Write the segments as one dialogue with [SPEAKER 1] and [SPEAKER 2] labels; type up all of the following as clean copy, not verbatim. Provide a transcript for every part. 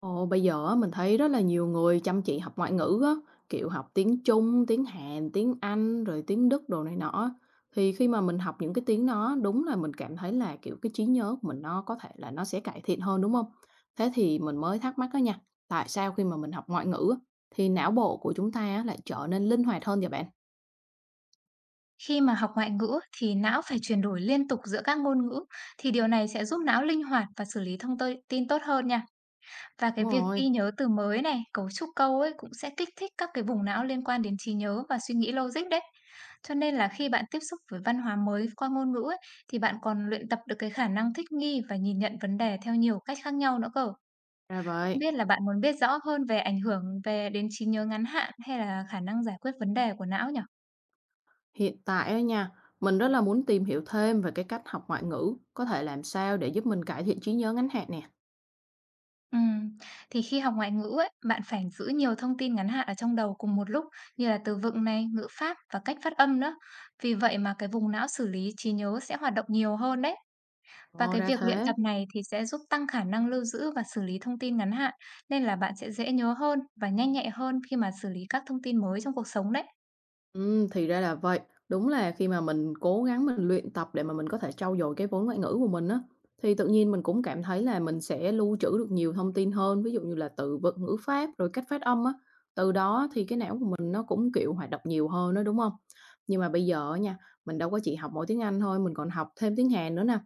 [SPEAKER 1] Ồ, bây giờ á, mình thấy rất là nhiều người chăm chỉ học ngoại ngữ á, kiểu học tiếng Trung, tiếng Hàn, tiếng Anh, rồi tiếng Đức đồ này nọ. Á. Thì khi mà mình học những cái tiếng đó, đúng là mình cảm thấy là kiểu cái trí nhớ của mình nó có thể là nó sẽ cải thiện hơn đúng không? Thế thì mình mới thắc mắc đó nha, tại sao khi mà mình học ngoại ngữ á, thì não bộ của chúng ta á lại trở nên linh hoạt hơn vậy bạn?
[SPEAKER 2] Khi mà học ngoại ngữ thì não phải chuyển đổi liên tục giữa các ngôn ngữ, thì điều này sẽ giúp não linh hoạt và xử lý thông tơi tin tốt hơn nha. Và cái
[SPEAKER 1] Đúng
[SPEAKER 2] việc
[SPEAKER 1] rồi,
[SPEAKER 2] ghi nhớ từ mới này, cấu trúc câu ấy cũng sẽ kích thích các cái vùng não liên quan đến trí nhớ và suy nghĩ logic đấy. Cho nên là khi bạn tiếp xúc với văn hóa mới qua ngôn ngữ ấy, thì bạn còn luyện tập được cái khả năng thích nghi và nhìn nhận vấn đề theo nhiều cách khác nhau nữa cơ.
[SPEAKER 1] ra
[SPEAKER 2] Không
[SPEAKER 1] vậy.
[SPEAKER 2] biết là bạn muốn biết rõ hơn về ảnh hưởng về đến trí nhớ ngắn hạn hay là khả năng giải quyết vấn đề của não nhỉ?
[SPEAKER 1] Hiện tại á nha, mình rất là muốn tìm hiểu thêm về cái cách học ngoại ngữ, có thể làm sao để giúp mình cải thiện trí nhớ ngắn hạn nè.
[SPEAKER 2] Ừm, thì khi học ngoại ngữ ấy, bạn phải giữ nhiều thông tin ngắn hạn ở trong đầu cùng một lúc, như là từ vựng này, ngữ pháp và cách phát âm nữa. Vì vậy mà cái vùng não xử lý trí nhớ sẽ hoạt động nhiều hơn đấy. Và
[SPEAKER 1] Ồ,
[SPEAKER 2] cái
[SPEAKER 1] ra
[SPEAKER 2] việc luyện
[SPEAKER 1] thế.
[SPEAKER 2] tập này thì sẽ giúp tăng khả năng lưu giữ và xử lý thông tin ngắn hạn, nên là bạn sẽ dễ nhớ hơn và nhanh nhạy hơn khi mà xử lý các thông tin mới trong cuộc sống đấy.
[SPEAKER 1] Thì ra là vậy. Đúng là khi mà mình cố gắng mình luyện tập để mà mình có thể trau dồi cái vốn ngoại ngữ của mình á, thì tự nhiên mình cũng cảm thấy là mình sẽ lưu trữ được nhiều thông tin hơn, ví dụ như là từ vựng, ngữ pháp, rồi cách phát âm á. Từ đó thì cái não của mình nó cũng, kiểu, hoạt động nhiều hơn đó, đúng không? Nhưng mà bây giờ á nha, mình đâu có chỉ học mỗi tiếng Anh thôi, mình còn học thêm tiếng Hàn nữa nè.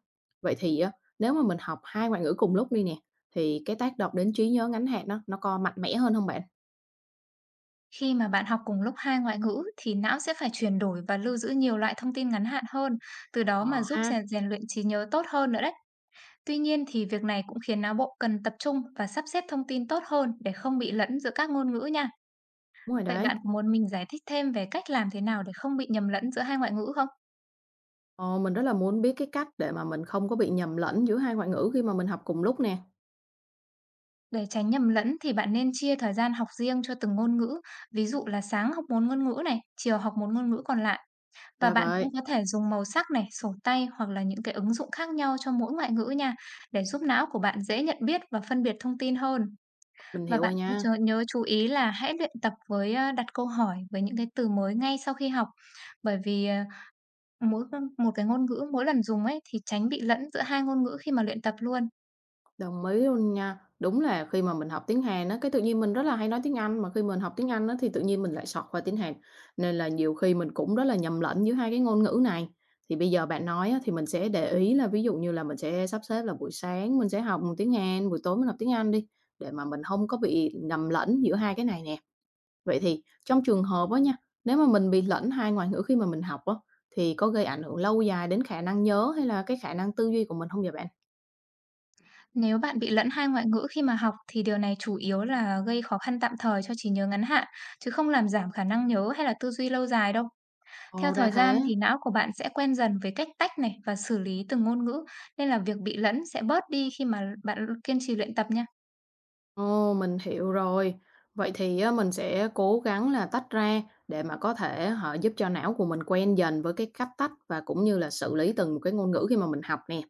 [SPEAKER 1] Vậy thì á, nếu mà mình học 2 ngoại ngữ cùng lúc đi nè, thì cái tác động đến trí nhớ ngắn hạn á, nó có mạnh mẽ hơn không bạn?
[SPEAKER 2] Khi mà bạn học cùng lúc hai ngoại ngữ thì não sẽ phải chuyển đổi và lưu giữ nhiều loại thông tin ngắn hạn hơn, từ đó mà
[SPEAKER 1] Ờ
[SPEAKER 2] giúp
[SPEAKER 1] ha.
[SPEAKER 2] rèn rèn luyện trí nhớ tốt hơn nữa đấy. Tuy nhiên thì việc này cũng khiến não bộ cần tập trung và sắp xếp thông tin tốt hơn để không bị lẫn giữa các ngôn ngữ nha.
[SPEAKER 1] Đúng rồi
[SPEAKER 2] Vậy
[SPEAKER 1] đấy.
[SPEAKER 2] bạn có muốn mình giải thích thêm về cách làm thế nào để không bị nhầm lẫn giữa hai ngoại ngữ không?
[SPEAKER 1] Ờ, mình rất là muốn biết cái cách để mà mình không có bị nhầm lẫn giữa hai ngoại ngữ khi mà mình học cùng lúc nè.
[SPEAKER 2] Để tránh nhầm lẫn thì bạn nên chia thời gian học riêng cho từng ngôn ngữ. Ví dụ là sáng học một ngôn ngữ này, chiều học một ngôn ngữ còn lại. Và
[SPEAKER 1] Ra
[SPEAKER 2] bạn cũng
[SPEAKER 1] vậy,
[SPEAKER 2] có thể dùng màu sắc này, sổ tay hoặc là những cái ứng dụng khác nhau cho mỗi ngoại ngữ nha, để giúp não của bạn dễ nhận biết và phân biệt thông tin hơn.
[SPEAKER 1] mình
[SPEAKER 2] Và
[SPEAKER 1] hiểu
[SPEAKER 2] bạn
[SPEAKER 1] rồi
[SPEAKER 2] cũng
[SPEAKER 1] nha,
[SPEAKER 2] chớ nhớ chú ý là hãy luyện tập với, đặt câu hỏi với những cái từ mới ngay sau khi học, bởi vì, mỗi con một cái ngôn ngữ mỗi lần dùng ấy, thì tránh bị lẫn giữa hai ngôn ngữ khi mà luyện tập luôn.
[SPEAKER 1] đồng ý luôn nha. Đúng là khi mà mình học tiếng Hàn á, cái tự nhiên mình rất là hay nói tiếng Anh, mà khi mình học tiếng Anh á, thì tự nhiên mình lại xọt qua tiếng Hàn. Nên là nhiều khi mình cũng rất là nhầm lẫn giữa hai cái ngôn ngữ này. Thì bây giờ bạn nói á, thì mình sẽ để ý là ví dụ như là mình sẽ sắp xếp là buổi sáng mình sẽ học tiếng Hàn, buổi tối mình học tiếng Anh đi, để mà mình không có bị nhầm lẫn giữa hai cái này nè. Vậy thì trong trường hợp á nha, nếu mà mình bị lẫn hai ngoại ngữ khi mà mình học á, thì có gây ảnh hưởng lâu dài đến khả năng nhớ hay là cái khả năng tư duy của mình không vậy bạn?
[SPEAKER 2] Nếu bạn bị lẫn hai ngoại ngữ khi mà học thì điều này chủ yếu là gây khó khăn tạm thời cho trí nhớ ngắn hạn, chứ không làm giảm khả năng nhớ hay là tư duy lâu dài đâu. Theo
[SPEAKER 1] Ồ, ra
[SPEAKER 2] thời gian
[SPEAKER 1] thế.
[SPEAKER 2] thì não của bạn sẽ quen dần với cách tách này và xử lý từng ngôn ngữ, nên là việc bị lẫn sẽ bớt đi khi mà bạn kiên trì luyện tập nha.
[SPEAKER 1] Ồ, mình hiểu rồi. Vậy thì á, mình sẽ cố gắng là tách ra để mà có thể họ giúp cho não của mình quen dần với cái cách tách và cũng như là xử lý từng một cái ngôn ngữ khi mà mình học nè.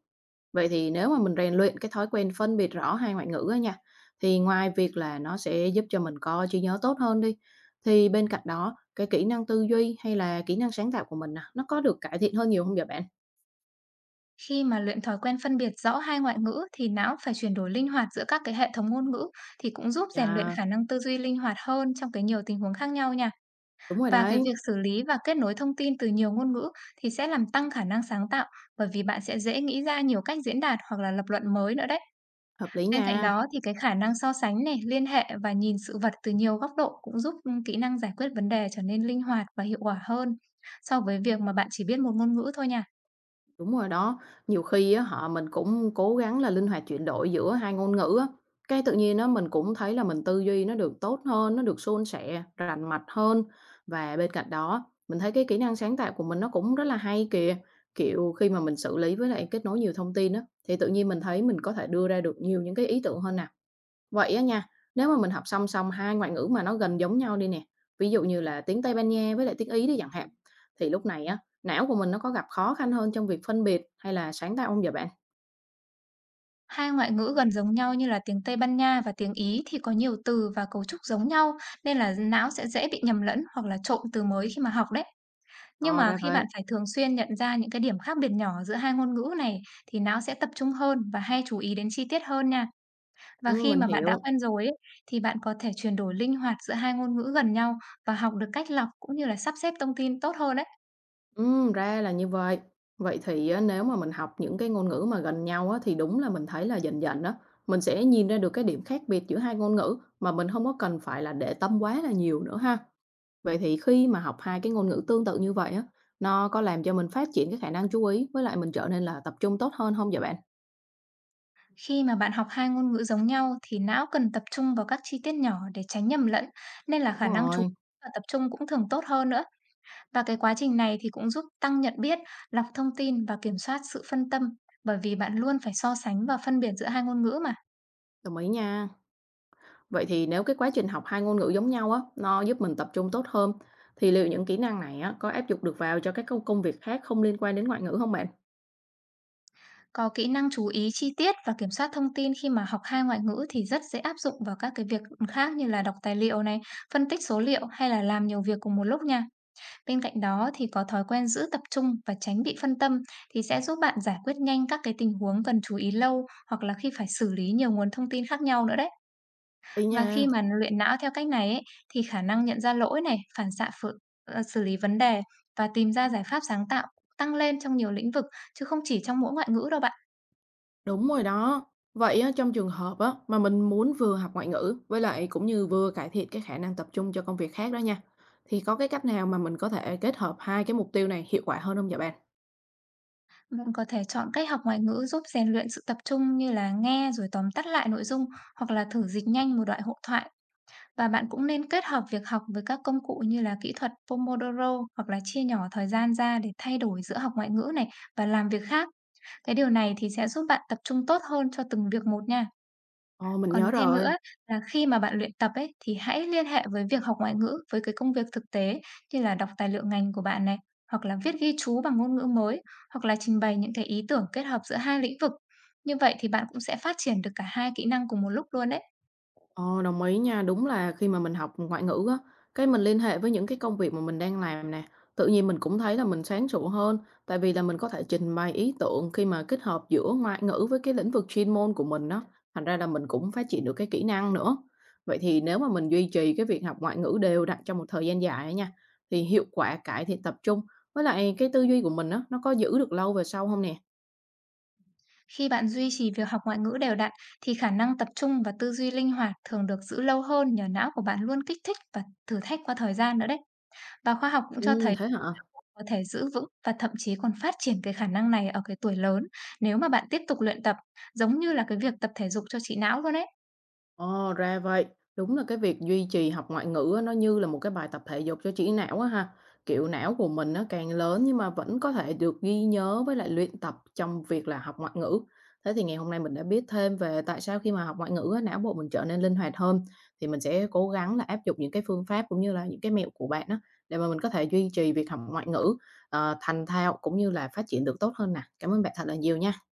[SPEAKER 1] Vậy thì nếu mà mình rèn luyện cái thói quen phân biệt rõ hai ngoại ngữ á nha, thì ngoài việc là nó sẽ giúp cho mình có trí nhớ tốt hơn đi, thì bên cạnh đó cái kỹ năng tư duy hay là kỹ năng sáng tạo của mình nè, nó có được cải thiện hơn nhiều không vậy bạn?
[SPEAKER 2] Khi mà luyện thói quen phân biệt rõ hai ngoại ngữ thì não phải chuyển đổi linh hoạt giữa các cái hệ thống ngôn ngữ, thì cũng giúp rèn luyện
[SPEAKER 1] Dạ
[SPEAKER 2] khả năng tư duy linh hoạt hơn trong cái nhiều tình huống khác nhau nha.
[SPEAKER 1] đúng rồi
[SPEAKER 2] Và cái
[SPEAKER 1] đấy,
[SPEAKER 2] việc xử lý và kết nối thông tin từ nhiều ngôn ngữ thì sẽ làm tăng khả năng sáng tạo, bởi vì bạn sẽ dễ nghĩ ra nhiều cách diễn đạt hoặc là lập luận mới nữa đấy.
[SPEAKER 1] hợp lý
[SPEAKER 2] Bên cạnh
[SPEAKER 1] nha.
[SPEAKER 2] đó thì cái khả năng so sánh này, liên hệ và nhìn sự vật từ nhiều góc độ cũng giúp kỹ năng giải quyết vấn đề trở nên linh hoạt và hiệu quả hơn so với việc mà bạn chỉ biết một ngôn ngữ thôi nha.
[SPEAKER 1] Đúng rồi đó, nhiều khi á họ mình cũng cố gắng là linh hoạt chuyển đổi giữa hai ngôn ngữ á, cái tự nhiên á mình cũng thấy là mình tư duy nó được tốt hơn, nó được suôn sẻ, rành mạch hơn. Và bên cạnh đó, mình thấy cái kỹ năng sáng tạo của mình nó cũng rất là hay kìa, kiểu, khi mà mình xử lý với lại kết nối nhiều thông tin á, thì tự nhiên mình thấy mình có thể đưa ra được nhiều những cái ý tưởng hơn nè. Vậy á nha, nếu mà mình học song song hai ngoại ngữ mà nó gần giống nhau đi nè, ví dụ như là tiếng Tây Ban Nha với lại tiếng Ý đi chẳng hạn, thì lúc này á, não của mình nó có gặp khó khăn hơn trong việc phân biệt hay là sáng tạo không vậy bạn?
[SPEAKER 2] Hai ngoại ngữ gần giống nhau như là tiếng Tây Ban Nha và tiếng Ý thì có nhiều từ và cấu trúc giống nhau, nên là não sẽ dễ bị nhầm lẫn hoặc là trộn từ mới khi mà học đấy. Nhưng
[SPEAKER 1] Ờ
[SPEAKER 2] mà
[SPEAKER 1] ra
[SPEAKER 2] khi
[SPEAKER 1] vậy,
[SPEAKER 2] bạn phải thường xuyên nhận ra những cái điểm khác biệt nhỏ giữa hai ngôn ngữ này thì não sẽ tập trung hơn và hay chú ý đến chi tiết hơn nha. Và
[SPEAKER 1] ừ,
[SPEAKER 2] khi
[SPEAKER 1] mình
[SPEAKER 2] mà bạn đã
[SPEAKER 1] hiểu,
[SPEAKER 2] quen rồi ấy, thì bạn có thể chuyển đổi linh hoạt giữa hai ngôn ngữ gần nhau và học được cách lọc cũng như là sắp xếp thông tin tốt hơn đấy.
[SPEAKER 1] ừ, ra là như vậy. Vậy thì á, nếu mà mình học những cái ngôn ngữ mà gần nhau á, thì đúng là mình thấy là dần dần đó, mình sẽ nhìn ra được cái điểm khác biệt giữa hai ngôn ngữ mà mình không có cần phải là để tâm quá là nhiều nữa ha. Vậy thì khi mà học hai cái ngôn ngữ tương tự như vậy á, nó có làm cho mình phát triển cái khả năng chú ý với lại mình trở nên là tập trung tốt hơn không vậy bạn?
[SPEAKER 2] Khi mà bạn học hai ngôn ngữ giống nhau thì não cần tập trung vào các chi tiết nhỏ để tránh nhầm lẫn, nên là
[SPEAKER 1] Đúng
[SPEAKER 2] khả năng chú
[SPEAKER 1] rồi,
[SPEAKER 2] ý và tập trung cũng thường tốt hơn nữa. Và cái quá trình này thì cũng giúp tăng nhận biết, lọc thông tin và kiểm soát sự phân tâm, bởi vì bạn luôn phải so sánh và phân biệt giữa hai ngôn ngữ mà.
[SPEAKER 1] đồng ý nha. Vậy thì nếu cái quá trình học hai ngôn ngữ giống nhau á, nó giúp mình tập trung tốt hơn, thì liệu những kỹ năng này á, có áp dụng được vào cho các công công việc khác không liên quan đến ngoại ngữ không bạn?
[SPEAKER 2] Có kỹ năng chú ý chi tiết và kiểm soát thông tin khi mà học hai ngoại ngữ thì rất dễ áp dụng vào các cái việc khác, như là đọc tài liệu này, phân tích số liệu hay là làm nhiều việc cùng một lúc nha. Bên cạnh đó thì có thói quen giữ tập trung và tránh bị phân tâm thì sẽ giúp bạn giải quyết nhanh các cái tình huống cần chú ý lâu hoặc là khi phải xử lý nhiều nguồn thông tin khác nhau nữa đấy.
[SPEAKER 1] Ý nha,
[SPEAKER 2] Và khi mà luyện não theo cách này ấy, thì khả năng nhận ra lỗi này, phản xạ phự, ờ, xử lý vấn đề và tìm ra giải pháp sáng tạo tăng lên trong nhiều lĩnh vực, chứ không chỉ trong mỗi ngoại ngữ đâu bạn.
[SPEAKER 1] đúng rồi đó. Vậy á, trong trường hợp á, mà mình muốn vừa học ngoại ngữ với lại cũng như vừa cải thiện cái khả năng tập trung cho công việc khác đó nha. Thì có cái cách nào mà mình có thể kết hợp hai cái mục tiêu này hiệu quả hơn không vậy bạn?
[SPEAKER 2] Bạn có thể chọn cách học ngoại ngữ giúp rèn luyện sự tập trung, như là nghe rồi tóm tắt lại nội dung hoặc là thử dịch nhanh một đoạn hội thoại. Và bạn cũng nên kết hợp việc học với các công cụ như là kỹ thuật Pomodoro hoặc là chia nhỏ thời gian ra để thay đổi giữa học ngoại ngữ này và làm việc khác. Cái điều này thì sẽ giúp bạn tập trung tốt hơn cho từng việc một nha.
[SPEAKER 1] Ồ, mình
[SPEAKER 2] Còn
[SPEAKER 1] nhớ
[SPEAKER 2] thêm nữa
[SPEAKER 1] rồi.
[SPEAKER 2] là khi mà bạn luyện tập ấy thì hãy liên hệ với việc học ngoại ngữ với cái công việc thực tế, như là đọc tài liệu ngành của bạn này, hoặc là viết ghi chú bằng ngôn ngữ mới, hoặc là trình bày những cái ý tưởng kết hợp giữa hai lĩnh vực. Như vậy thì bạn cũng sẽ phát triển được cả hai kỹ năng cùng một lúc luôn đấy.
[SPEAKER 1] Ồ, đồng ý nha. Đúng là khi mà mình học ngoại ngữ á, cái mình liên hệ với những cái công việc mà mình đang làm nè, tự nhiên mình cũng thấy là mình sáng trụ hơn, tại vì là mình có thể trình bày ý tưởng khi mà kết hợp giữa ngoại ngữ với cái lĩnh vực chuyên môn của mình đó thành ra là mình cũng phát triển được cái kỹ năng nữa. Vậy thì nếu mà mình duy trì cái việc học ngoại ngữ đều đặn trong một thời gian dài á nha, thì hiệu quả cải thiện tập trung với lại cái tư duy của mình á, nó có giữ được lâu về sau không nè?
[SPEAKER 2] Khi bạn duy trì việc học ngoại ngữ đều đặn thì khả năng tập trung và tư duy linh hoạt thường được giữ lâu hơn, nhờ não của bạn luôn kích thích và thử thách qua thời gian nữa đấy. Và khoa học cũng cho thấy
[SPEAKER 1] Thế hả?
[SPEAKER 2] có thể giữ vững và thậm chí còn phát triển cái khả năng này ở cái tuổi lớn, nếu mà bạn tiếp tục luyện tập, giống như là cái việc tập thể dục cho trí não luôn ấy.
[SPEAKER 1] Ồ, ra vậy. Đúng là cái việc duy trì học ngoại ngữ á, nó như là một cái bài tập thể dục cho trí não á ha. Kiểu não của mình nó càng lớn nhưng mà vẫn có thể được ghi nhớ với lại luyện tập trong việc là học ngoại ngữ. Thế thì ngày hôm nay mình đã biết thêm về tại sao khi mà học ngoại ngữ á, não bộ mình trở nên linh hoạt hơn. Thì mình sẽ cố gắng là áp dụng những cái phương pháp cũng như là những cái mẹo của bạn á để mà mình có thể duy trì việc học ngoại ngữ thành thạo cũng như là phát triển được tốt hơn nè. Cảm ơn bạn thật là nhiều nha.